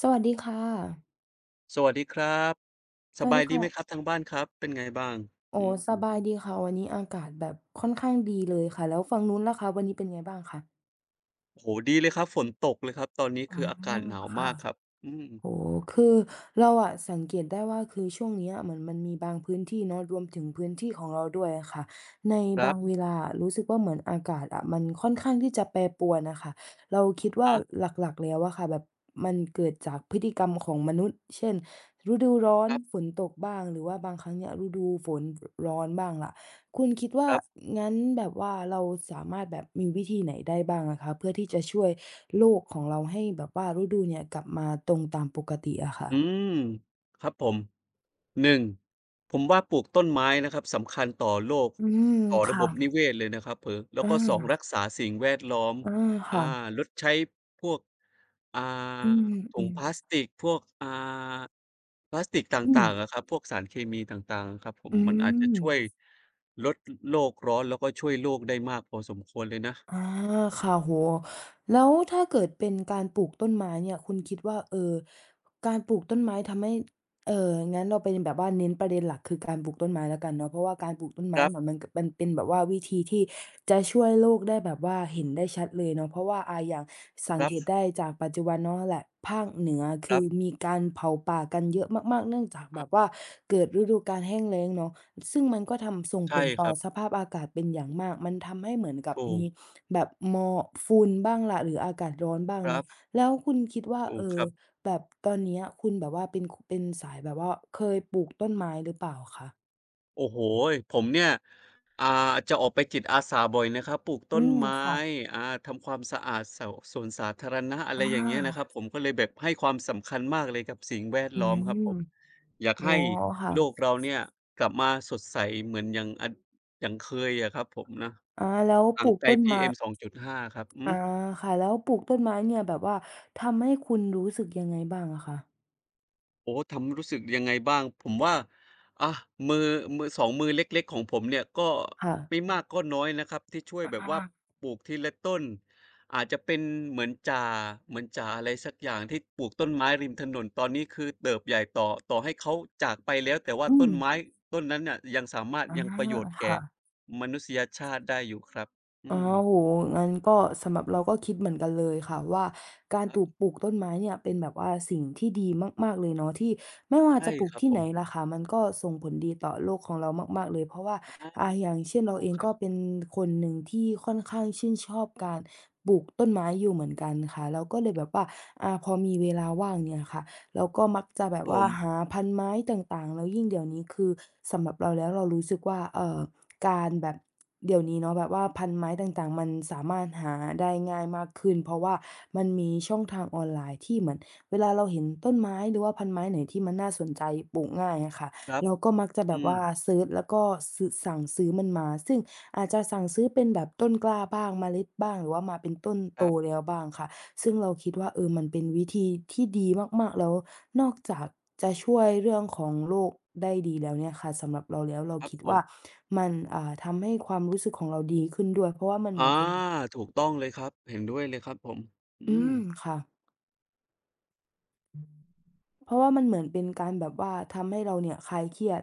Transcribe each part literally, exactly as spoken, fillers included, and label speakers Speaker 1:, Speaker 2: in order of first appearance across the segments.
Speaker 1: สวัสดีค่ะ
Speaker 2: สวัสดีครับ
Speaker 1: ส
Speaker 2: ส
Speaker 1: วัส
Speaker 2: บา
Speaker 1: ดี
Speaker 2: ยดี
Speaker 1: ค่ะ
Speaker 2: ไหมครับับทางบ้านครับเป็นไงบ้าง
Speaker 1: โอ้
Speaker 2: อื
Speaker 1: ส
Speaker 2: ม
Speaker 1: บายดีค่ะ วันนี้อากาศแบบค่อนข้างดีเลยค่ะ แล้วฝั่งนู้นล่ะคะวันนี้เป็นไงบ้างคะ
Speaker 2: โอ้โฮดีเลยครับฝนตกเลยครับตอนนี้
Speaker 1: อา
Speaker 2: คืออากาศหนาว
Speaker 1: ค่ะ
Speaker 2: มากครับอืม
Speaker 1: โอ้โฮคือเราอะสังเกตได้ว่าคือช่วงเนี้ยเหมือนมันมีบางพื้นที่เนาะรวมถึงพื้นที่ของเราด้วยอะค่ะใน
Speaker 2: ครั
Speaker 1: บางเว
Speaker 2: บ
Speaker 1: ลาอะรู้สึกว่าเหมือนอากาศอะมันค่อนข้างที่จะแปรปรวนน่ะค่ะเราคิ
Speaker 2: อะ
Speaker 1: ดว่า
Speaker 2: ฮะ
Speaker 1: หลักๆแล้วอะค่ะแบบมันเกิดจากพฤติกรรมของมนุษย์เช่นฤดูร้อน
Speaker 2: ครั
Speaker 1: ฝ
Speaker 2: บ
Speaker 1: นตกบ้างหรือว่าบางครั้งเนี่ยฤดูฝนรร้อนบ้างล่ะ คุณคิด
Speaker 2: ค
Speaker 1: ว่า
Speaker 2: รับ
Speaker 1: งั้นแบบว่าเราสามารถแบบมีวิธีไหนได้บ้างอะคะเพื่อที่จะช่วยโลกของเราให้แบบว่าฤดูเนี่ยกลับมาตรงตามปกติอะค่ะ
Speaker 2: อืมครับผมหนึ่งผมว่าปลูกต้นไม้นะครับสำคัญต่อโลก
Speaker 1: อืม
Speaker 2: ต่อระบบนิ
Speaker 1: ค่ะ
Speaker 2: เวศเลยนะครับเผลอแล้ว
Speaker 1: อา
Speaker 2: ก็สองรักษาสิ่งแวดล้อม
Speaker 1: อา
Speaker 2: อา
Speaker 1: ค่ะ
Speaker 2: ลดใช้พวกอ่า
Speaker 1: อืมๆ
Speaker 2: ถุ
Speaker 1: อื
Speaker 2: งพลาสติกพวกอ่าพลาสติกต
Speaker 1: ม
Speaker 2: ่างๆอะครับพวกสารเคมีต่างๆอะครับผ
Speaker 1: อื
Speaker 2: มมันอาจจะช่วย
Speaker 1: ม
Speaker 2: ลดโลกร้อนแล้วก็ช่วยโลกได้มากพอสมควรเลยนะ
Speaker 1: อาค่ะโอ้โฮแล้วถ้าเกิดเป็นการปลูกต้นไม้เนี่ยคุณคิดว่าเอ่อการปลูกต้นไม้ทำให้เอ่องั้นเราเป็นแบบว่าเน้นประเด็นหลักคือการปลูกต้นไม้แล้วกันเนาะเพราะว่าการปลูกต้น
Speaker 2: ค
Speaker 1: ไม้
Speaker 2: รั
Speaker 1: เนี่ยมั
Speaker 2: บ
Speaker 1: นกมันเป็นแบบว่าวิธีที่จะช่วยโลกได้แบบว่าเห็นได้ชัดเลยเนาะเพราะว่าอ่าอย่างสั
Speaker 2: ค
Speaker 1: ง
Speaker 2: รั
Speaker 1: เก
Speaker 2: บ
Speaker 1: ตได้จากปัจจุบันเนาะแหละภาคเหนือ
Speaker 2: ค
Speaker 1: คื
Speaker 2: รั
Speaker 1: อ
Speaker 2: บ
Speaker 1: มีการเผาป่ากันเยอะมากๆเนื่องจากแบบ
Speaker 2: อา
Speaker 1: ว่าเกิดฤดูกาลแห้งแล้งเนาะซึ่งมันก็ทำส่งผ
Speaker 2: ใช่
Speaker 1: ล
Speaker 2: ค
Speaker 1: ต่อ
Speaker 2: รั
Speaker 1: ส
Speaker 2: บ
Speaker 1: ภาพอากาศเป็นอย่างมากมันทำให้เหมือนกับ
Speaker 2: ถูก
Speaker 1: มี แบบมอฝุ่นบ้างล่ะหรืออากาศร้อนบ้าง
Speaker 2: ครั
Speaker 1: เนาะ
Speaker 2: บ
Speaker 1: แล้วคุณคิดว่า
Speaker 2: ถู
Speaker 1: เอ่
Speaker 2: กค
Speaker 1: อ
Speaker 2: รับ
Speaker 1: แบบตอนเนี้ยคุณแบบว่าเป็นคเป็นสายแบบว่าเคยปลูกต้นไม้หรือเปล่าคะ
Speaker 2: โอ้โฮผมเนี่ยอ่าจะออกไปจิตอาสาบ่อยนะครับ ปลูก
Speaker 1: อื
Speaker 2: ต้น
Speaker 1: ม
Speaker 2: ไม้
Speaker 1: ค่ะ
Speaker 2: อ่าทำความสะอาดสสวนสาธารณะอะไร
Speaker 1: อ
Speaker 2: อย่างเงี้ยนะครับ
Speaker 1: า
Speaker 2: ผมก็เลยแบบให้ความสำคัญมากเลยกับสิ่งแวด
Speaker 1: อื
Speaker 2: ล้อมครั
Speaker 1: ม
Speaker 2: บผมอยา
Speaker 1: อ๋
Speaker 2: ก
Speaker 1: อ
Speaker 2: ให้
Speaker 1: ค่ะ
Speaker 2: โลกเราเนี่ยกลับมาสดใสเหมือนอย่างออย่างเคยอะครับผมนะ
Speaker 1: อาแล้วป
Speaker 2: ห่าง
Speaker 1: ลูก
Speaker 2: ไกล
Speaker 1: ต้นไม้
Speaker 2: พี เอ็ม สองจุดห้าครับอือ
Speaker 1: อา
Speaker 2: ฮึ
Speaker 1: ค่ะแล้วปลูกต้นไม้เนี่ยแบบว่าทำให้คุณรู้สึกยังไงบ้างอะคะ
Speaker 2: โอ้ทำรู้สึกยังไงบ้างผมว่าอะมือมือสองมือเล็กๆของผมเนี่ยก็
Speaker 1: ค่ะ
Speaker 2: ไม่มากก็น้อยนะครับที่ช่วยแบบว่า
Speaker 1: อา
Speaker 2: ปลูกทีละต้นอาจจะเป็นเหมือนจ่าเหมือนจ่าอะไรสักอย่างที่ปลูกต้นไม้ริมถนนตอนนี้คือเติบใหญ่ต่อต่อให้เขาจากไปแล้วแต่ว่า
Speaker 1: อื
Speaker 2: ต้
Speaker 1: ม
Speaker 2: นไม้ต้นนั้นน่ะยังสามารถ
Speaker 1: อา
Speaker 2: ยังประโยชน์แก่
Speaker 1: ค่ะ
Speaker 2: มนุษยชาติได้อยู่ครับอื
Speaker 1: อ๋อโอ้
Speaker 2: ม
Speaker 1: โฮงั้นก็สำหรับเราก็คิดเหมือนกันเลยค่ะว่าการ
Speaker 2: ครั
Speaker 1: ตูก
Speaker 2: บ
Speaker 1: ปลูกต้นไม้เนี่ยเป็นแบบว่าสิ่งที่ดีมากๆเลยเนาะที่ไม่ว่า
Speaker 2: ใช่
Speaker 1: จะปลู
Speaker 2: ค
Speaker 1: ก
Speaker 2: รับ
Speaker 1: ที่
Speaker 2: ผ
Speaker 1: ไหน
Speaker 2: ม
Speaker 1: ล่ะค่ะมันก็ส่งผลดีต่อโลกของเรามากๆเลยเพราะว่า
Speaker 2: อา
Speaker 1: อ่าอย่างเช่นเรา
Speaker 2: ถู
Speaker 1: เอ
Speaker 2: ก
Speaker 1: ง
Speaker 2: ครับ
Speaker 1: ก็เป็นคนหนึ่งที่ค่อนข้างชื่นชอบการปลูกต้นไม้อยู่เหมือนกันค่ะเราก็เลยแบบว่าอ่าพอมีเวลาว่างเนี่ยค่ะเราก็มักจะแบบ
Speaker 2: ผ
Speaker 1: ว่า
Speaker 2: ม
Speaker 1: หาพันไม้ต่างๆแล้วยิ่งเดี๋ยวนี้คือสำหรับเราแล้วเรารู้สึกว่าเอ่อ การแบบเดี๋ยวนี้เนาะแบบว่าพันไม้ต่างๆมันสามารถหาได้ง่ายมากขึ้นเพราะว่ามันมีช่องทางออนไลน์ที่เหมือนเวลาเราเห็นต้นไม้หรือว่าพันไม้ไหนที่มันน่าสนใจปลูกง่ายอะค่ะ
Speaker 2: ครับ
Speaker 1: เราก็มักจะแบ
Speaker 2: อื
Speaker 1: บ
Speaker 2: ม
Speaker 1: ว่าเซิร์ชแล้วก็ซื้อสั่งซื้อมันมาซึ่งอาจจะสั่งซื้อเป็นแบบต้นกล้าบ้างเมล็ดบ้างหรือว่ามาเป็นต้น
Speaker 2: ค
Speaker 1: โต
Speaker 2: รับ
Speaker 1: แล้วบ้างค่ะ ซึ่งเราคิดว่าเออมันเป็นวิธีที่ดีมากๆแล้วนอกจากจะช่วยเรื่องของโรคได้ดีแล้วเนี่ยค่ะสำหรับเราแล้วเรา
Speaker 2: ครับ
Speaker 1: คิด
Speaker 2: ผม
Speaker 1: ว่ามันอ่าทำให้ความรู้สึกของเราดีขึ้นด้วยเพราะว่ามันเหมือ
Speaker 2: อา
Speaker 1: นเป็น
Speaker 2: ถูกต้องเลยครับเห็นด้วยเลยครับผม
Speaker 1: อื
Speaker 2: อืม
Speaker 1: มค่ะเพราะว่ามันเหมือนเป็นการแบบว่าทำให้เราเนี่ยคลายเครียด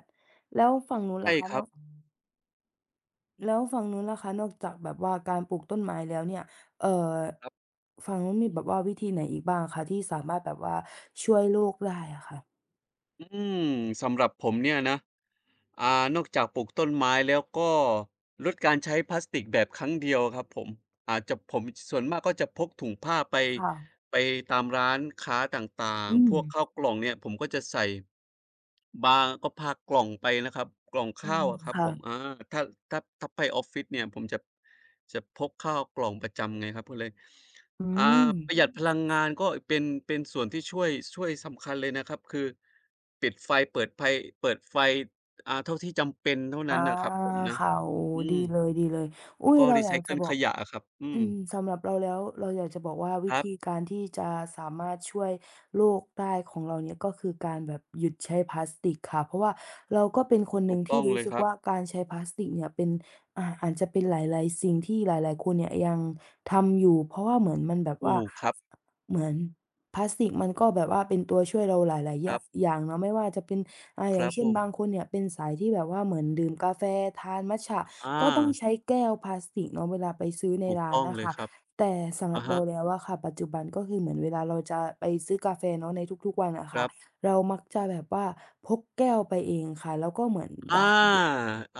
Speaker 1: แล้วฝั่งนู้นล่ะ
Speaker 2: ใช่
Speaker 1: คะ
Speaker 2: ค
Speaker 1: น
Speaker 2: รั
Speaker 1: อ
Speaker 2: บ
Speaker 1: กแล้วฝั่งนู้นล่ะคะนอกจากแบบว่าการปลูกต้นไม้แล้วเนี่ยเอ่อ
Speaker 2: ครับ
Speaker 1: ฝั่งนู้นมีแบบว่าวิธีไหนอีกบ้างคะที่สามารถแบบว่าช่วยโรคได้อะค่ะ
Speaker 2: อืมสำหรับผมเนี่ยนะอ่านอกจากปลูกต้นไม้แล้วก็ลดการใช้พลาสติกแบบครั้งเดียวครับผมอาจจะผมส่วนมากก็จะพกถุงผ้าไป
Speaker 1: ค่ะ
Speaker 2: ไปตามร้านค้าต่าง
Speaker 1: อื
Speaker 2: ๆพ
Speaker 1: ม
Speaker 2: วกข้าวกล่องเนี่ยผมก็จะใส่บางก็พากล่องไปนะครับกล่อง
Speaker 1: อื
Speaker 2: ข้า
Speaker 1: ม
Speaker 2: วอะครับ
Speaker 1: ค่ะ
Speaker 2: ผมอาถ้าถ้าถ้าไปออฟฟิศเนี่ยผมจะจะพกข้าวกล่องประจำไงครับก็เลย
Speaker 1: อื
Speaker 2: อา
Speaker 1: ม
Speaker 2: ประหยัดพลังงานก็เป็นเป็นส่วนที่ช่วยช่วยสำคัญเลยนะครับคือปิดไฟเปิดไฟเปิดไฟอ่าเท่าที่จำเป็นเท่า
Speaker 1: อา
Speaker 2: นั้นน่ะครับผมนะ
Speaker 1: ค่ะโอ้
Speaker 2: อื
Speaker 1: ดี
Speaker 2: ม
Speaker 1: เลยดีเลยอุ๊
Speaker 2: แล้ว
Speaker 1: ย
Speaker 2: ก็
Speaker 1: เรา
Speaker 2: รี
Speaker 1: อ
Speaker 2: ไซ
Speaker 1: ยาก
Speaker 2: เคิ
Speaker 1: จะ
Speaker 2: ล
Speaker 1: บ
Speaker 2: ข
Speaker 1: อก
Speaker 2: ยะอะครับอื
Speaker 1: อื
Speaker 2: ม
Speaker 1: มสำหรับเราแล้วเราอยากจะบอกว่า
Speaker 2: ค
Speaker 1: วิ
Speaker 2: รับ
Speaker 1: ธีการที่จะสามารถช่วยโลกได้ของเราเนี่ยก็คือการแบบหยุดใช้พลาสติกค่ะเพราะว่าเราก็เป็นคนห
Speaker 2: ถู
Speaker 1: นึ่ง
Speaker 2: กต้
Speaker 1: ที่
Speaker 2: อง
Speaker 1: รู้
Speaker 2: เลย
Speaker 1: สึก
Speaker 2: ครับ
Speaker 1: ว่าการใช้พลาสติกเนี่ยเป็นอ่าอาจจะเป็นหลายๆสิ่งที่หลายๆคนเนี่ยยังทำอยู่เพราะว่าเหมือนมันแบบว่า
Speaker 2: ถูกครับ
Speaker 1: เหมือนพลาสติกมันก็แบบว่าเป็นตัวช่วยเราหลายๆอ
Speaker 2: ค
Speaker 1: ย่า
Speaker 2: รับ
Speaker 1: อย่างเนาะไม่ว่าจะเป็น อาอ
Speaker 2: ค
Speaker 1: ย่า
Speaker 2: รั
Speaker 1: ง
Speaker 2: บ
Speaker 1: เช่
Speaker 2: ผ
Speaker 1: น
Speaker 2: ม
Speaker 1: บางคนเนี่ยเป็นสายที่แบบว่าเหมือนดื่มกาแฟทานมัตจะ
Speaker 2: อา
Speaker 1: ก็ต้องใช้แก้วพลาสติกเนาะเวลาไปซื้อใน
Speaker 2: ถูก
Speaker 1: ร้าน
Speaker 2: ต้อง
Speaker 1: น่ะ
Speaker 2: เลย
Speaker 1: ค่ะ
Speaker 2: ครับ
Speaker 1: แต่สำหรั
Speaker 2: อะ
Speaker 1: บ
Speaker 2: ฮะ
Speaker 1: เราแล้วอะค่ะปัจจุบันก็คือเหมือนเวลาเราจะไปซื้อกาแฟเนาะในทุกๆวันอะ
Speaker 2: ค
Speaker 1: ค่ะ
Speaker 2: รับ
Speaker 1: เรามักจะแบบว่าพกแก้วไปเองค่ะแล้วก็เหมือน
Speaker 2: อ
Speaker 1: รด
Speaker 2: า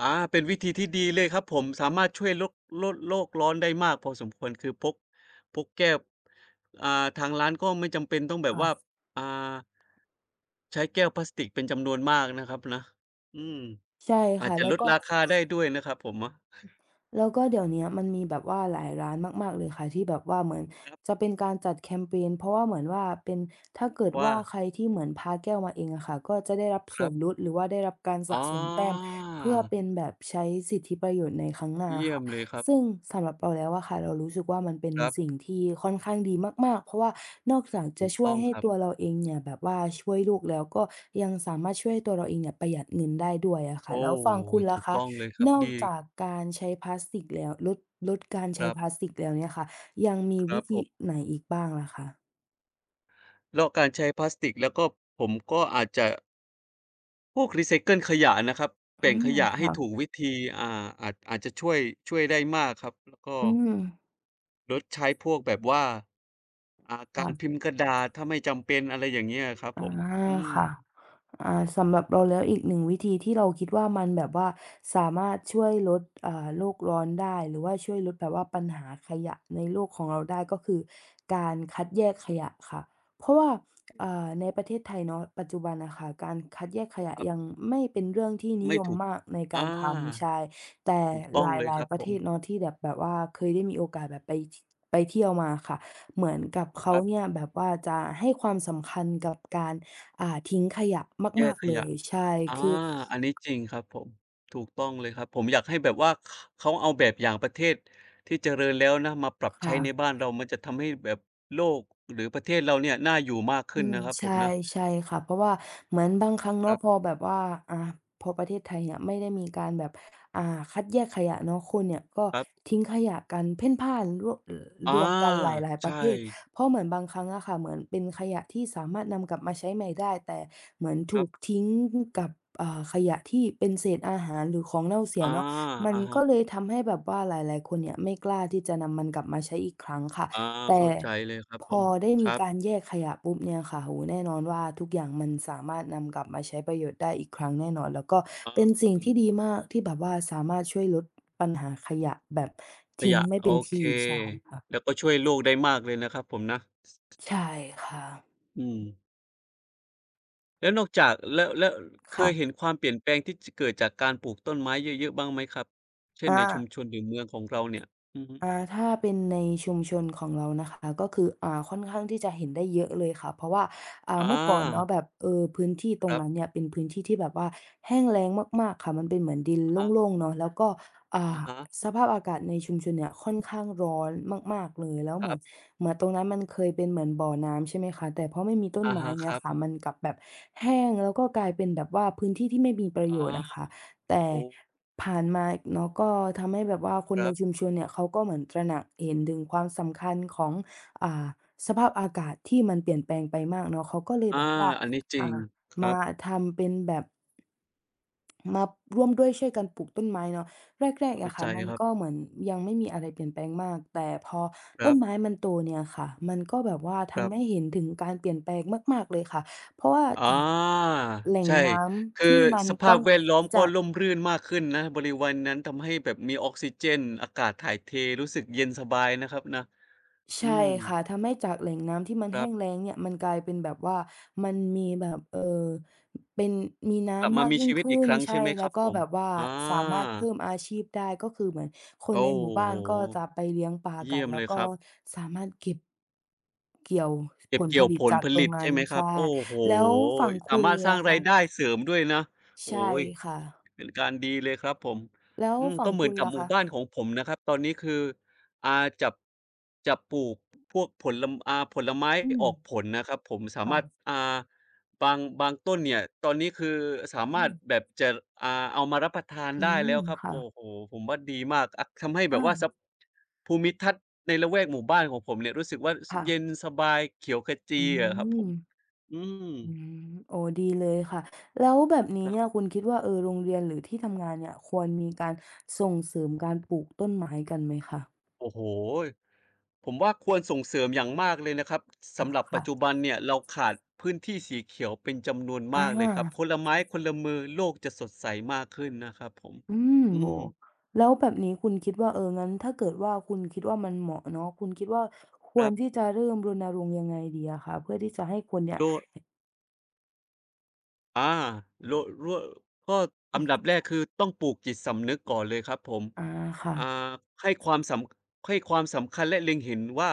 Speaker 2: อาเป็นวิธีที่ดีเลยครับผมสามารถช่วยลกลดโลกร้อนได้มากพอสมควรคือพกพกแก้วอ่าทางร้านก็ไม่จำเป็นต้องแบบ
Speaker 1: ค่ะ
Speaker 2: ว่าอ่าใช้แก้วพลาสติกเป็นจำนวนมากนะครับนะอืม
Speaker 1: ใช่
Speaker 2: อาจ
Speaker 1: ค่ะ
Speaker 2: จะ
Speaker 1: แล้
Speaker 2: ล
Speaker 1: ว
Speaker 2: ด
Speaker 1: ก็
Speaker 2: ราคาได้ด้วยนะครับผมอะ
Speaker 1: แล้วก็เดี๋ยวเนี้ยมันมีแบบว่าหลายร้านมากๆเลยค่ะที่แบบว่าเหมือนจะเป็นการจัดแคมเพนเพราะว่าเหมือนว่าเป็นถ้าเกิด
Speaker 2: ว่า
Speaker 1: ว่าใครที่เหมือนพาแก้วมาเองอะค่ะก็จะได้รับ
Speaker 2: ค
Speaker 1: ส่ว
Speaker 2: รั
Speaker 1: นล
Speaker 2: บ
Speaker 1: ดหรือว่าได้รับการ
Speaker 2: อ๋
Speaker 1: สะ
Speaker 2: อ
Speaker 1: สมแต้มเพื่อเป็นแบบใช้สิทธิประโยชน์ในครั้งหน้า
Speaker 2: เยี่ย
Speaker 1: ค่ะ
Speaker 2: มเลยครับ
Speaker 1: ซึ่งสำหรับเราแล้วอะค่ะเรารู้สึกว่ามันเป็น
Speaker 2: ครับ
Speaker 1: สิ่งที่ค่อนข้างดีมากๆเพราะว่านอกจากจะ
Speaker 2: ถูก
Speaker 1: ช่ว
Speaker 2: ต้
Speaker 1: ย
Speaker 2: อง
Speaker 1: ให้
Speaker 2: ครับ
Speaker 1: ตัวเราเองเนี่ยแบบว่าช่วยลลกแล้วก็ยังสามารถช่วยให้ตัวเราเองเนี่ยประหยัดเงินได้ด้วยอะค่ะ
Speaker 2: โอ้
Speaker 1: แล้วฝั่งคุณ
Speaker 2: ถู
Speaker 1: ล่ะ
Speaker 2: ก
Speaker 1: คะ
Speaker 2: ต้องเลยครั
Speaker 1: น
Speaker 2: บ
Speaker 1: อก
Speaker 2: ดี
Speaker 1: จากการใช้พลาสติกแล้วลดลดการ
Speaker 2: ค
Speaker 1: ใช้
Speaker 2: รับ
Speaker 1: พลาสติกแล้วเนี่ยค่ะยังมี
Speaker 2: ครั
Speaker 1: วิ
Speaker 2: บผ
Speaker 1: ธี
Speaker 2: ม
Speaker 1: ไหนอีกบ้างล่ะคะ
Speaker 2: แล้วการใช้พลาสติกแล้วก็ผมก็อาจจะ พวกรีไซเคิลขยะนะครับ
Speaker 1: อื
Speaker 2: แบ่งข
Speaker 1: ม
Speaker 2: ยะให้
Speaker 1: ค่ะ
Speaker 2: ถูกวิธีอ่าอาจอาจจะช่วยช่วยได้มากครับแล้วก็
Speaker 1: อืม
Speaker 2: ลดใช้พวกแบบว่าอ่ากา
Speaker 1: ค่ะ
Speaker 2: รพิมพ์กระดาษถ้าไม่จำเป็นอะไรอย่างเงี้ยอะครับผ
Speaker 1: อา
Speaker 2: มอืม
Speaker 1: ค่ะอ่าสำหรับเราแล้วอีกหนึ่งวิธีที่เราคิดว่ามันแบบว่าสามารถช่วยลดอ่าโลกร้อนได้หรือว่าช่วยลดแบบว่าปัญหาขยะในโลกของเราได้ก็คือการคัดแยกขยะค่ะเพราะว่าอ่าในประเทศไทยเนาะปัจจุบันน่ะค่ะการคัดแยกขยะ
Speaker 2: ครับ
Speaker 1: ยังไม่เป็นเรื่องที่นิ
Speaker 2: ไม่
Speaker 1: ยม
Speaker 2: ถูก
Speaker 1: มากในการ
Speaker 2: อา
Speaker 1: ทำใช่แต่
Speaker 2: ถูกต้
Speaker 1: หล
Speaker 2: องเลย
Speaker 1: า
Speaker 2: ค
Speaker 1: ย
Speaker 2: รั
Speaker 1: ๆ
Speaker 2: บ
Speaker 1: ประ
Speaker 2: ผ
Speaker 1: เท
Speaker 2: ม
Speaker 1: ศเนาะที่แบบแบบว่าเคยได้มีโอกาสแบบไปทไปเที่ยวมาค่ะ เหมือนกับ
Speaker 2: ค
Speaker 1: เขา
Speaker 2: รั
Speaker 1: เนี่
Speaker 2: บ
Speaker 1: ยแบบว่าจะให้ความสำคัญกับการอ่าทิ้งขยะ
Speaker 2: แย
Speaker 1: มา
Speaker 2: ก
Speaker 1: ก
Speaker 2: ข
Speaker 1: ๆเล
Speaker 2: ยะ
Speaker 1: ยใช่
Speaker 2: อา
Speaker 1: คือ
Speaker 2: อันนี้จริงครับผมถูกต้องเลยครับผมอยากให้แบบว่าขเขาเอาแบบอย่างประเทศที่เจริญแล้วนะมาปรับใช้
Speaker 1: ค่ะ
Speaker 2: ในบ้านเรามันจะทำให้แบบโลกหรือประเทศเราเนี่ยน่าอยู่มาก
Speaker 1: อื
Speaker 2: ขึ้น
Speaker 1: ม
Speaker 2: นะครับผ
Speaker 1: ใช่
Speaker 2: มนะ
Speaker 1: ใช่ค่ะเพราะว่าเหมือนบางครั้ง
Speaker 2: ค
Speaker 1: เนาะ
Speaker 2: รั
Speaker 1: พ
Speaker 2: บ
Speaker 1: อแบบว่าอ่าพอประเทศไทยเนี่ยไม่ได้มีการแบบอ่าคัดแยกขยะเนาะคนเนี่ยก็
Speaker 2: ครับ
Speaker 1: ทิ้งขยะกันเพ่นพ่านรวเอ่อร
Speaker 2: อา
Speaker 1: วมกันหลายๆประเภ
Speaker 2: ใช่
Speaker 1: ทเพราะเหมือนบางครั้งอะค่ะเหมือนเป็นขยะที่สามารถนำกลับมาใช้ใหม่ได้แต่เหมือน
Speaker 2: ค
Speaker 1: ถู
Speaker 2: รั
Speaker 1: ก
Speaker 2: บ
Speaker 1: ทิ้งกับอ่าขยะที่เป็นเศษอาหารหรือของเน่าเสีย
Speaker 2: อา
Speaker 1: เนาะมัน
Speaker 2: อะฮะ
Speaker 1: ก็เลยทำให้แบบว่าหลายๆคนเนี่ยไม่กล้าที่จะนำมันกลับมาใช้อีกครั้งค่ะ
Speaker 2: อา
Speaker 1: แต่
Speaker 2: เข้าใจเลยครับ
Speaker 1: พ
Speaker 2: ผ
Speaker 1: อ
Speaker 2: ม
Speaker 1: ได้
Speaker 2: ค
Speaker 1: มี
Speaker 2: รับ
Speaker 1: การแยกขยะปุ๊บเนี่ยค่ะโอ้โฮแน่นอนว่าทุกอย่างมันสามารถนำกลับมาใช้ประโยชน์ได้อีกครั้งแน่นอนแล้วก็เป็น
Speaker 2: อา
Speaker 1: สิ่งที่ดีมากที่แบบว่าสามารถช่วยลดปัญหาขยะแบบ
Speaker 2: ข
Speaker 1: ทิ้ง
Speaker 2: ยะ
Speaker 1: ไม่เป็
Speaker 2: โอ
Speaker 1: น
Speaker 2: เค
Speaker 1: ที่ใช่ค่ะ
Speaker 2: แล้วก็ช่วยโลกได้มากเลยนะครับผมนะ
Speaker 1: ใช่ค่ะ
Speaker 2: อืมแล้วนอกจากแล้วแล้วเคยเห็น
Speaker 1: ค่ะ
Speaker 2: ความเปลี่ยนแปลงที่จเกิดจากการปลูกต้นไม้เยอะๆบ้างไหมครับเช่น
Speaker 1: อา
Speaker 2: ในชุมชนหรือเมืองของเราเนี่ยอือฮึ
Speaker 1: อ่าถ้าเป็นในชุมชนของเรานะคะก็คืออ่าค่อนข้างที่จะเห็นได้เยอะเลยค่ะเพราะว่า
Speaker 2: อ
Speaker 1: อ่าเมื่อก่อนเนาะ
Speaker 2: า
Speaker 1: แบบเออพื้นที่ตร
Speaker 2: ค
Speaker 1: ง
Speaker 2: รับ
Speaker 1: นั้นเนี่ยเป็นพื้นที่ที่แบบว่าแห้งแล้งมากๆค่ะมันเป็นเหมือนดินโ
Speaker 2: อา
Speaker 1: ล่งๆเนาะแล้วก็
Speaker 2: อะ
Speaker 1: อ่า
Speaker 2: ฮะ
Speaker 1: สภาพอากาศในชุมชนเนี่ยค่อนข้างร้อนมากๆเลยแล้ว
Speaker 2: ค
Speaker 1: เหมือ
Speaker 2: รั
Speaker 1: น
Speaker 2: บ
Speaker 1: เหมือนตรงนั้นมันเคยเป็นเหมือนบ่อน้ำใช่ไหมคะแต่พอไม่มีต้น
Speaker 2: อะ
Speaker 1: ไม้
Speaker 2: ฮะค
Speaker 1: เนี่ย
Speaker 2: รับ
Speaker 1: ค่ะมันกลับแบบแห้งแล้วก็กลายเป็นแบบว่าพื้นที่ที่ไม่มีประโยชน์นะ
Speaker 2: อา
Speaker 1: คะ แต่
Speaker 2: โอ้
Speaker 1: ผ่านมาเนาะก็ทำให้แบบว่าคน
Speaker 2: ค
Speaker 1: ใน
Speaker 2: รั
Speaker 1: ชุม
Speaker 2: บ
Speaker 1: ชนเนี่ยเขาก็เหมือนตระหนักเห็นถึงความสำคัญของอ่าสภาพอากาศที่มันเปลี่ยนแปลงไปมากเนาะเขาก็เลยแบ
Speaker 2: อา
Speaker 1: บว่า
Speaker 2: อันนี้จริง
Speaker 1: อ่า
Speaker 2: ครั
Speaker 1: มา
Speaker 2: บ
Speaker 1: ทำเป็นแบบมาร่วมด้วยช่วยกันปลูกต้นไม้เนาะแรกๆ
Speaker 2: เข้า
Speaker 1: อะค่ะ
Speaker 2: ใจ
Speaker 1: มัน
Speaker 2: ครับ
Speaker 1: ก็เหมือนยังไม่มีอะไรเปลี่ยนแปลงมากแต่พอ
Speaker 2: ค
Speaker 1: ต้
Speaker 2: รั
Speaker 1: นไม้
Speaker 2: บ
Speaker 1: มันโตเนี่ยค่ะมันก็แบบว่า
Speaker 2: ครั
Speaker 1: ทำให้
Speaker 2: บ
Speaker 1: เห็นถึงการเปลี่ยนแปลงมากๆเลยค่ะเพราะว่า
Speaker 2: อ
Speaker 1: แหล่ง
Speaker 2: า
Speaker 1: แหล่ง
Speaker 2: ใช่
Speaker 1: น้
Speaker 2: คื
Speaker 1: ำ
Speaker 2: อ
Speaker 1: ที่มัน
Speaker 2: ส
Speaker 1: ก
Speaker 2: ภาพ
Speaker 1: ว้าง
Speaker 2: แวดล้อม
Speaker 1: จา
Speaker 2: ก็
Speaker 1: ก
Speaker 2: ร่มรื่นมากขึ้นนะบริเวณนั้นทำให้แบบมีออกซิเจนอากาศถ่ายเทรู้สึกเย็นสบายนะครับนะอื
Speaker 1: ใช่
Speaker 2: ม
Speaker 1: ค่ะทำให้จากแหล่งน้ำที่มัน
Speaker 2: ค
Speaker 1: แห้
Speaker 2: รั
Speaker 1: งแล้
Speaker 2: บ
Speaker 1: งเนี่ยมันกลายเป็นแบบว่ามันมีแบบเอ่อเป็นมี
Speaker 2: กลับ
Speaker 1: น้ำ
Speaker 2: มา
Speaker 1: มาก
Speaker 2: มี
Speaker 1: ยิ่ง
Speaker 2: ชีวิต
Speaker 1: ขึ้
Speaker 2: อีก
Speaker 1: น
Speaker 2: ครั้ง
Speaker 1: ใช่
Speaker 2: ใช่ไหม
Speaker 1: แล้
Speaker 2: ค
Speaker 1: ว
Speaker 2: รับ
Speaker 1: ก็
Speaker 2: ผม
Speaker 1: แบบว่า
Speaker 2: อ
Speaker 1: สามารถ
Speaker 2: า
Speaker 1: เพิ่มอาชีพได้ก็คือเหมือนคนใน
Speaker 2: โอ้
Speaker 1: หมู่บ้า
Speaker 2: โฮ
Speaker 1: นก็จะไปเลี้ยงปลากั
Speaker 2: เยี่
Speaker 1: น
Speaker 2: ยม
Speaker 1: แล้ว
Speaker 2: เลย
Speaker 1: ก็
Speaker 2: ครับ
Speaker 1: สามารถเก็บเกี่ยวผ
Speaker 2: เก็บ
Speaker 1: ลผ
Speaker 2: เกี่ยว
Speaker 1: ลิต
Speaker 2: ผล
Speaker 1: จาก
Speaker 2: ผ
Speaker 1: ตรง
Speaker 2: ลิต
Speaker 1: นั้
Speaker 2: ใช่
Speaker 1: น
Speaker 2: ไหมครับ
Speaker 1: ใช่
Speaker 2: โอ้โฮ
Speaker 1: แล้วฝั่ง
Speaker 2: สา
Speaker 1: คุณ
Speaker 2: มารถสร้า
Speaker 1: ล่ะ
Speaker 2: ง
Speaker 1: คะ
Speaker 2: รายได้เสริมด้วยนะโอ้
Speaker 1: ใช่
Speaker 2: โฮ
Speaker 1: ค่ะ
Speaker 2: เป็นการดีเลยครับผม
Speaker 1: แล้ว
Speaker 2: อืม
Speaker 1: ฝั่ง
Speaker 2: ก็เหมื
Speaker 1: คุ
Speaker 2: อน
Speaker 1: ณ
Speaker 2: กับ
Speaker 1: ล่ะ
Speaker 2: หมู่
Speaker 1: คะ
Speaker 2: บ้านของผมนะครับตอนนี้คืออาจับจะปลูกพวกผลลอ่าผลไม้
Speaker 1: อืม
Speaker 2: ออกผลนะครับผมสา
Speaker 1: ค่ะ
Speaker 2: มารถอา บางบางต้นเนี่ยตอนนี้คือสา
Speaker 1: อื
Speaker 2: มารถ
Speaker 1: ม
Speaker 2: แบบจะอ่าเอามารับประทาน
Speaker 1: อื
Speaker 2: ได้แล้
Speaker 1: ม
Speaker 2: วครับ
Speaker 1: ค่ะ
Speaker 2: โอ้โฮผมว่าดีมากอะทำให้แบบ
Speaker 1: อา
Speaker 2: ว่าสภูมิทัศน์ในละแวกหมู่บ้านของผมเนี่ยรู้สึกว่าส
Speaker 1: ค่ะ
Speaker 2: เย็นสบายเขียวข
Speaker 1: อื
Speaker 2: จีอะครับผม
Speaker 1: ม
Speaker 2: อืม
Speaker 1: อืมโอ้ดีเลยค่ะแล้วแบบนี้
Speaker 2: ครั
Speaker 1: เนี่ย
Speaker 2: บ
Speaker 1: คุณคิดว่าเออโรงเรียนหรือที่ทำงานเนี่ยควรมีการส่งเสริมการปลูกต้นไม้กันไหมคะ
Speaker 2: โอ้โฮผมว่าควรส่งเสริมอย่างมากเลยนะครับ
Speaker 1: อา
Speaker 2: สำหรับปั
Speaker 1: ค่ะ
Speaker 2: จจุบันเนี่ยเราขาดพื้นที่สีเขียวเป็นจำนวน
Speaker 1: อ
Speaker 2: มากเลยครับ
Speaker 1: า
Speaker 2: คนละไม้คนละมือโลกจะสดใสมากขึ้นนะครับผม
Speaker 1: อืม
Speaker 2: อื
Speaker 1: โอ้
Speaker 2: ม
Speaker 1: โฮแล้วแบบนี้คุณคิดว่าเอองั้นถ้าเกิดว่าคุณคิดว่ามันเหมาะเนาะคุณคิดว่าค
Speaker 2: ค
Speaker 1: ว
Speaker 2: รั
Speaker 1: รที่
Speaker 2: บ
Speaker 1: จะเริ่มรณรงค์ยังไงดีอะคะเพื่อที่จะให้คนเนี่ย
Speaker 2: โลก อาโละรั่วก็อันดับแรกคือต้องปลูกจิตสำนึกก่อนเลยครับผม
Speaker 1: อาค่ะ
Speaker 2: อ่าให้ความสำให้ความสำคัญและเล็งเห็นว่า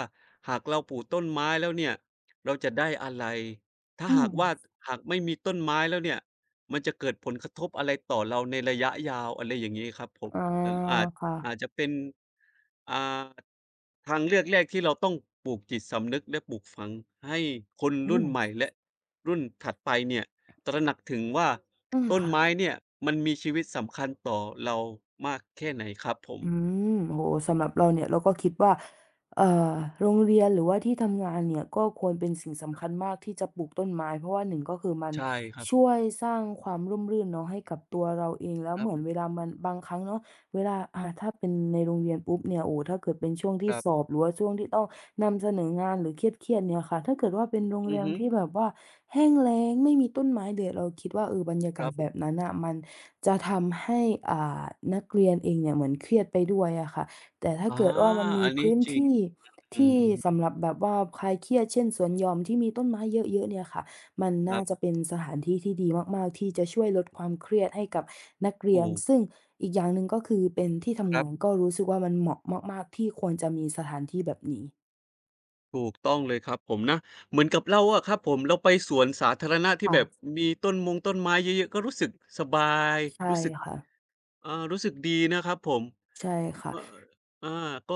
Speaker 2: หากเราปลูกต้นไม้แล้วเนี่ยเราจะได้อะไรถ้า
Speaker 1: อื
Speaker 2: หา
Speaker 1: ม
Speaker 2: กว่าหากไม่มีต้นไม้แล้วเนี่ยมันจะเกิดผลกระทบอะไรต่อเราในระยะยาวอะไรอย่างงี้ครับผม
Speaker 1: อา
Speaker 2: เอออาจ
Speaker 1: ค่ะ
Speaker 2: อาจจะเป็นอ่าทางเลือกแรกที่เราต้องปลูกจิตสำนึกและปลูกฝังให้คน
Speaker 1: อื
Speaker 2: รุ่นใหม่
Speaker 1: ม
Speaker 2: และรุ่นถัดไปเนี่ย ตระหนักถึงว่า
Speaker 1: อืม
Speaker 2: ต้น
Speaker 1: ค่ะ
Speaker 2: ไม้เนี่ยมันมีชีวิตสำคัญต่อเรามากแค่ไหนครับผม
Speaker 1: อืมโหสำหรับเราเนี่ยเราก็คิดว่าเอ่อโรงเรียนหรือว่าที่ทำงานเนี่ยก็ควรเป็นสิ่งสำคัญมากที่จะปลูกต้นไม้เพราะว่าหนึ่งก็คือมัน
Speaker 2: ใช่ครับ
Speaker 1: ช่วยสร้างความร่มรื่นเนาะให้กับตัวเราเองแล้ว
Speaker 2: ครั
Speaker 1: เหมือน
Speaker 2: บ
Speaker 1: เวลามันบางครั้งเนาะเวลาอ่าถ้าเป็นในโรงเรียนปุ๊บเนี่ยโอ้ถ้าเกิดเป็นช่วง
Speaker 2: ค
Speaker 1: ที่
Speaker 2: รั
Speaker 1: สอ
Speaker 2: บ
Speaker 1: บหรือว่าช่วงที่ต้องนำเสนองานหรือเครียดๆเนี่ยค่ะถ้าเกิดว่าเป็นโรง
Speaker 2: อื
Speaker 1: เรี
Speaker 2: อ
Speaker 1: ยน
Speaker 2: ฮึ
Speaker 1: ที่แบบว่าแห้งแล้งไม่มีต้นไม้เดือดเราคิดว่าเออบรรยา
Speaker 2: ค
Speaker 1: กาศ
Speaker 2: รั
Speaker 1: แบบ
Speaker 2: บ
Speaker 1: นั้นอ่ะมัน จะทำให้อ่านักเรียนเองเนี่ยเหมือนเครียดไปด้วยอะค่ะแต่ถ้า
Speaker 2: อา
Speaker 1: เกิดว่ามันมี
Speaker 2: อันนี้
Speaker 1: พื้น
Speaker 2: จริง
Speaker 1: ที่
Speaker 2: อืม
Speaker 1: ที่
Speaker 2: อือฮึ
Speaker 1: สำหรับแบบว่าคลายเครียดเช่นสวนหย่อมที่มีต้นไม้เยอะๆเนี่ยค่ะมัน
Speaker 2: ค
Speaker 1: น่า
Speaker 2: รั
Speaker 1: จะ
Speaker 2: บ
Speaker 1: เป็นสถานที่ที่ดีมากๆที่จะช่วยลดความเครียดให้กับนักเรีย
Speaker 2: ถู
Speaker 1: น
Speaker 2: ก
Speaker 1: ซึ่งอีกอย่างหนึ่งก็คือเป็นที่
Speaker 2: ค
Speaker 1: ทำ
Speaker 2: รั
Speaker 1: งาน
Speaker 2: บ
Speaker 1: ก็รู้สึกว่ามันเหมาะมากๆที่ควรจะมีสถานที่แบบนี้
Speaker 2: ถูกต้องเลยครับผมนะเหมือนกับเราอะครับผมเราไปสวนสาธารณะที่แบบ
Speaker 1: ค่ะ
Speaker 2: มีต้นมงต้นไม้เยอะๆก็รู้สึกสบาย
Speaker 1: ใช่
Speaker 2: รู้สึก
Speaker 1: ค่ะ
Speaker 2: เออรู้สึกดีนะครับผม
Speaker 1: ใช่ค่ะ
Speaker 2: ว่าอาก็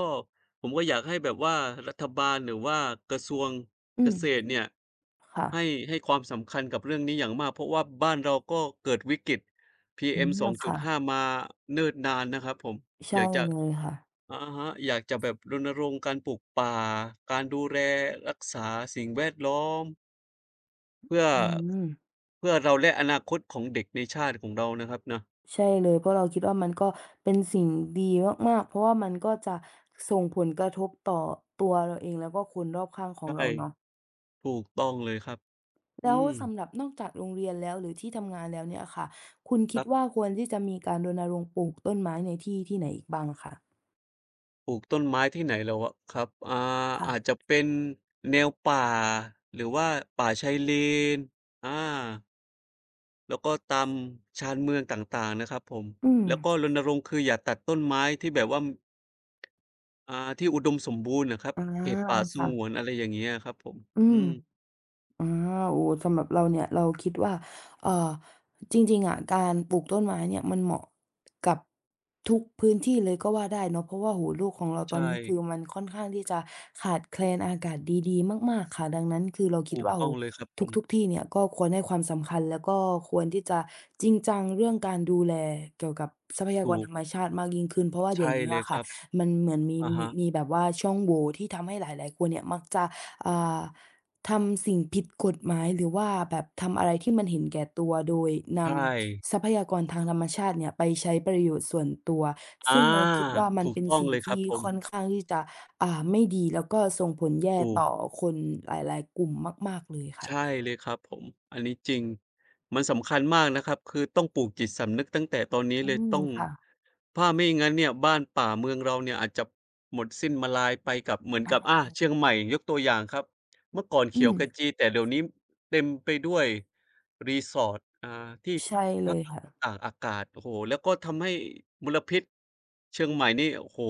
Speaker 2: ผมก็อยากให้แบบว่ารัฐบาลหรือว่ากระทรวง
Speaker 1: อื
Speaker 2: เก
Speaker 1: ม
Speaker 2: ษตรเนี่ย
Speaker 1: ค่ะ
Speaker 2: ให้ให้ความสำคัญกับเรื่องนี้อย่างมากเพราะว่าบ้านเราก็เกิดวิกฤต
Speaker 1: อื
Speaker 2: พี เอ็ม
Speaker 1: มค่ะ
Speaker 2: สองจุดห้ามาเนิ่นนานนะครับผม
Speaker 1: ใช่
Speaker 2: อยากจะ
Speaker 1: เลยค่ะ
Speaker 2: อะฮะอยากจะแบบรณรงค์การปลูกป่าการดูแลรักษาสิ่งแวดล้อมเพื่อ
Speaker 1: อืม
Speaker 2: เพื่อเราและอนาคตของเด็กในชาติของเรานะครับนะ
Speaker 1: ใช่เลยเพราะเราคิดว่ามันก็เป็นสิ่งดีมากๆเพราะว่ามันก็จะส่งผลกระทบต่อตัวเราเองแล้วก็คนรอบข้างของเรา
Speaker 2: ใช่
Speaker 1: เนาะ
Speaker 2: ถูกต้องเลยครับอื
Speaker 1: แล้ว
Speaker 2: ม
Speaker 1: สำหรับนอกจากโรงเรียนแล้วหรือที่ทำงานแล้วเนี่ยค่ะคุณ
Speaker 2: ค
Speaker 1: คิด
Speaker 2: รั
Speaker 1: ว่า
Speaker 2: บ
Speaker 1: ควรที่จะมีการรณรงค์ปลูกต้นไม้ในที่ที่ไหนอีกบ้างอะคะ
Speaker 2: ปลูกต้นไม้ที่ไหนแล้วอวะครับอ่า
Speaker 1: ค่ะ
Speaker 2: อาจจะเป็นแนวป่าหรือว่าป่าชายเลนอาแล้วก็ตามชานเมืองต่างๆนะครับผม
Speaker 1: อืม
Speaker 2: แล้วก็รณรงค์คืออย่าตัดต้นไม้ที่แบบว่าอ่าที่อุดมสมบูรณ์น่ะครับ
Speaker 1: อา
Speaker 2: เขตป่าส
Speaker 1: ค่ะ
Speaker 2: งวนอะไรอย่างเงี้ยอะครับผม
Speaker 1: อื
Speaker 2: อื
Speaker 1: ม
Speaker 2: ม
Speaker 1: อาโอ้โฮสำหรับเราเนี่ยเราคิดว่าเอ่อจริงๆอะการปลูกต้นไม้เนี่ยมันเหมาะกับทุกพื้นที่เลยก็ว่าได้เนาะเพราะว่าโอ้โฮโลกของเราตอน
Speaker 2: ใช่
Speaker 1: นี้คือมันค่อนข้างที่จะขาดแคลนอากาศดีๆมากๆค่ะดังนั้นคือเราคิด
Speaker 2: ถูก
Speaker 1: ว่าโอ้โฮ
Speaker 2: ต้องเลยครับผม
Speaker 1: ทุกๆที่เนี่ยก็ควรให้ความสำคัญแล้วก็ควรที่จะจริงจังเรื่องการดูแลเกี่ยวกับทรัพยาก
Speaker 2: ถู
Speaker 1: ร
Speaker 2: ก
Speaker 1: ธรรมชาติมากยิ่งขึ้นเพราะว่าเดี๋ยว
Speaker 2: ใช่
Speaker 1: นี้
Speaker 2: เลย
Speaker 1: อะ
Speaker 2: ค
Speaker 1: ค่ะ
Speaker 2: รับ
Speaker 1: มันเหมือนมี
Speaker 2: อะ
Speaker 1: มี
Speaker 2: ฮะ
Speaker 1: มีแบบว่าช่องโหว่ที่ทำให้หลายๆคนเนี่ยมักจะอ่า ทำสิ่งผิดกฎหมายหรือว่าแบบทำอะไรที่มันเห็นแก่ตัวโดยน
Speaker 2: ใช่
Speaker 1: ำทรัพยากรทางธรรมชาติเนี่ยไปใช้ประโยชน์ส่วนตัว
Speaker 2: อา
Speaker 1: ซึ่งเราคิดว่ามัน
Speaker 2: ถูก
Speaker 1: เป็น
Speaker 2: ต้อง
Speaker 1: สิ่ง
Speaker 2: เลยครับ
Speaker 1: ที่
Speaker 2: ผม
Speaker 1: ค่อนข้างที่จะอ่าไม่ดีแล้วก็ส่งผลแย่
Speaker 2: ถูก
Speaker 1: ต่อคนหลายๆกลุ่มมากๆเลย
Speaker 2: ใช่
Speaker 1: ค่ะ
Speaker 2: เลยครับผมอันนี้จริงมันสำคัญมากนะครับคือต้องปลูกจิตสำนึกตั้งแต่ตอนนี้
Speaker 1: อื
Speaker 2: เลย
Speaker 1: ม
Speaker 2: ต้อง
Speaker 1: ค่ะ
Speaker 2: ถ้าไม่งั้นเนี่ยบ้านป่าเมืองเราเนี่ยอาจจะหมดสิ้นมาลายไปกับเหมือนกับ
Speaker 1: อา
Speaker 2: อาเชียงใหม่ยกตัวอย่างครับเมื่อก่อน
Speaker 1: อื
Speaker 2: เขีย
Speaker 1: ม
Speaker 2: วขจีแต่เดี๋ยวนี้เต็มไปด้วยรีสอร์ทอ่าที่
Speaker 1: ใช่เล
Speaker 2: พัก
Speaker 1: ยค่ะ
Speaker 2: ตากอากาศโอ้โฮแล้วก็ทำให้มลพิษเชียงใหม่นี่โอ้โฮ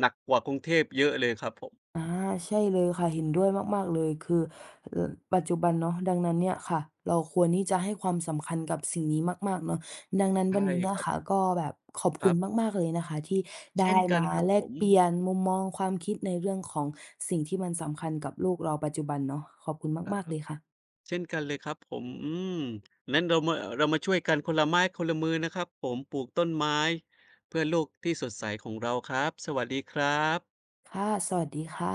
Speaker 2: หนักกว่ากรุงเทพเยอะเลยครับผม
Speaker 1: อาใช่เลยค่ะเห็นด้วยมากๆเลยคือเอ่อปัจจุบันเนาะดังนั้นเนี่ยค่ะเราควรที่จะให้ความสำคัญกับสิ่งนี้มากๆเนาะดังนั้น
Speaker 2: ใช่
Speaker 1: วันนี้
Speaker 2: ค
Speaker 1: นะ
Speaker 2: รับ
Speaker 1: คะก็แบบขอบ
Speaker 2: ค
Speaker 1: คุ
Speaker 2: รั
Speaker 1: ณ
Speaker 2: บ
Speaker 1: มากๆเลยนะคะที่
Speaker 2: เช่
Speaker 1: ได้
Speaker 2: นกัน
Speaker 1: มา
Speaker 2: ครับ
Speaker 1: แล
Speaker 2: ผ
Speaker 1: ก
Speaker 2: ม
Speaker 1: เปลี่ยนมุมมองความคิดในเรื่องของสิ่งที่มันสำคัญกับลูกเราปัจจุบันเนาะขอบคุณ
Speaker 2: อา
Speaker 1: มากๆเลยค่ะ
Speaker 2: เช่นกันเลยครับผมอืมนั้นเรามาเรามาช่วยกันคนละไม้คนละมือนะครับผมปลูกต้นไม้เพื่อโลกที่สดใสของเราครับสวัสดีครับ
Speaker 1: ค่ะสวัสดีค่ะ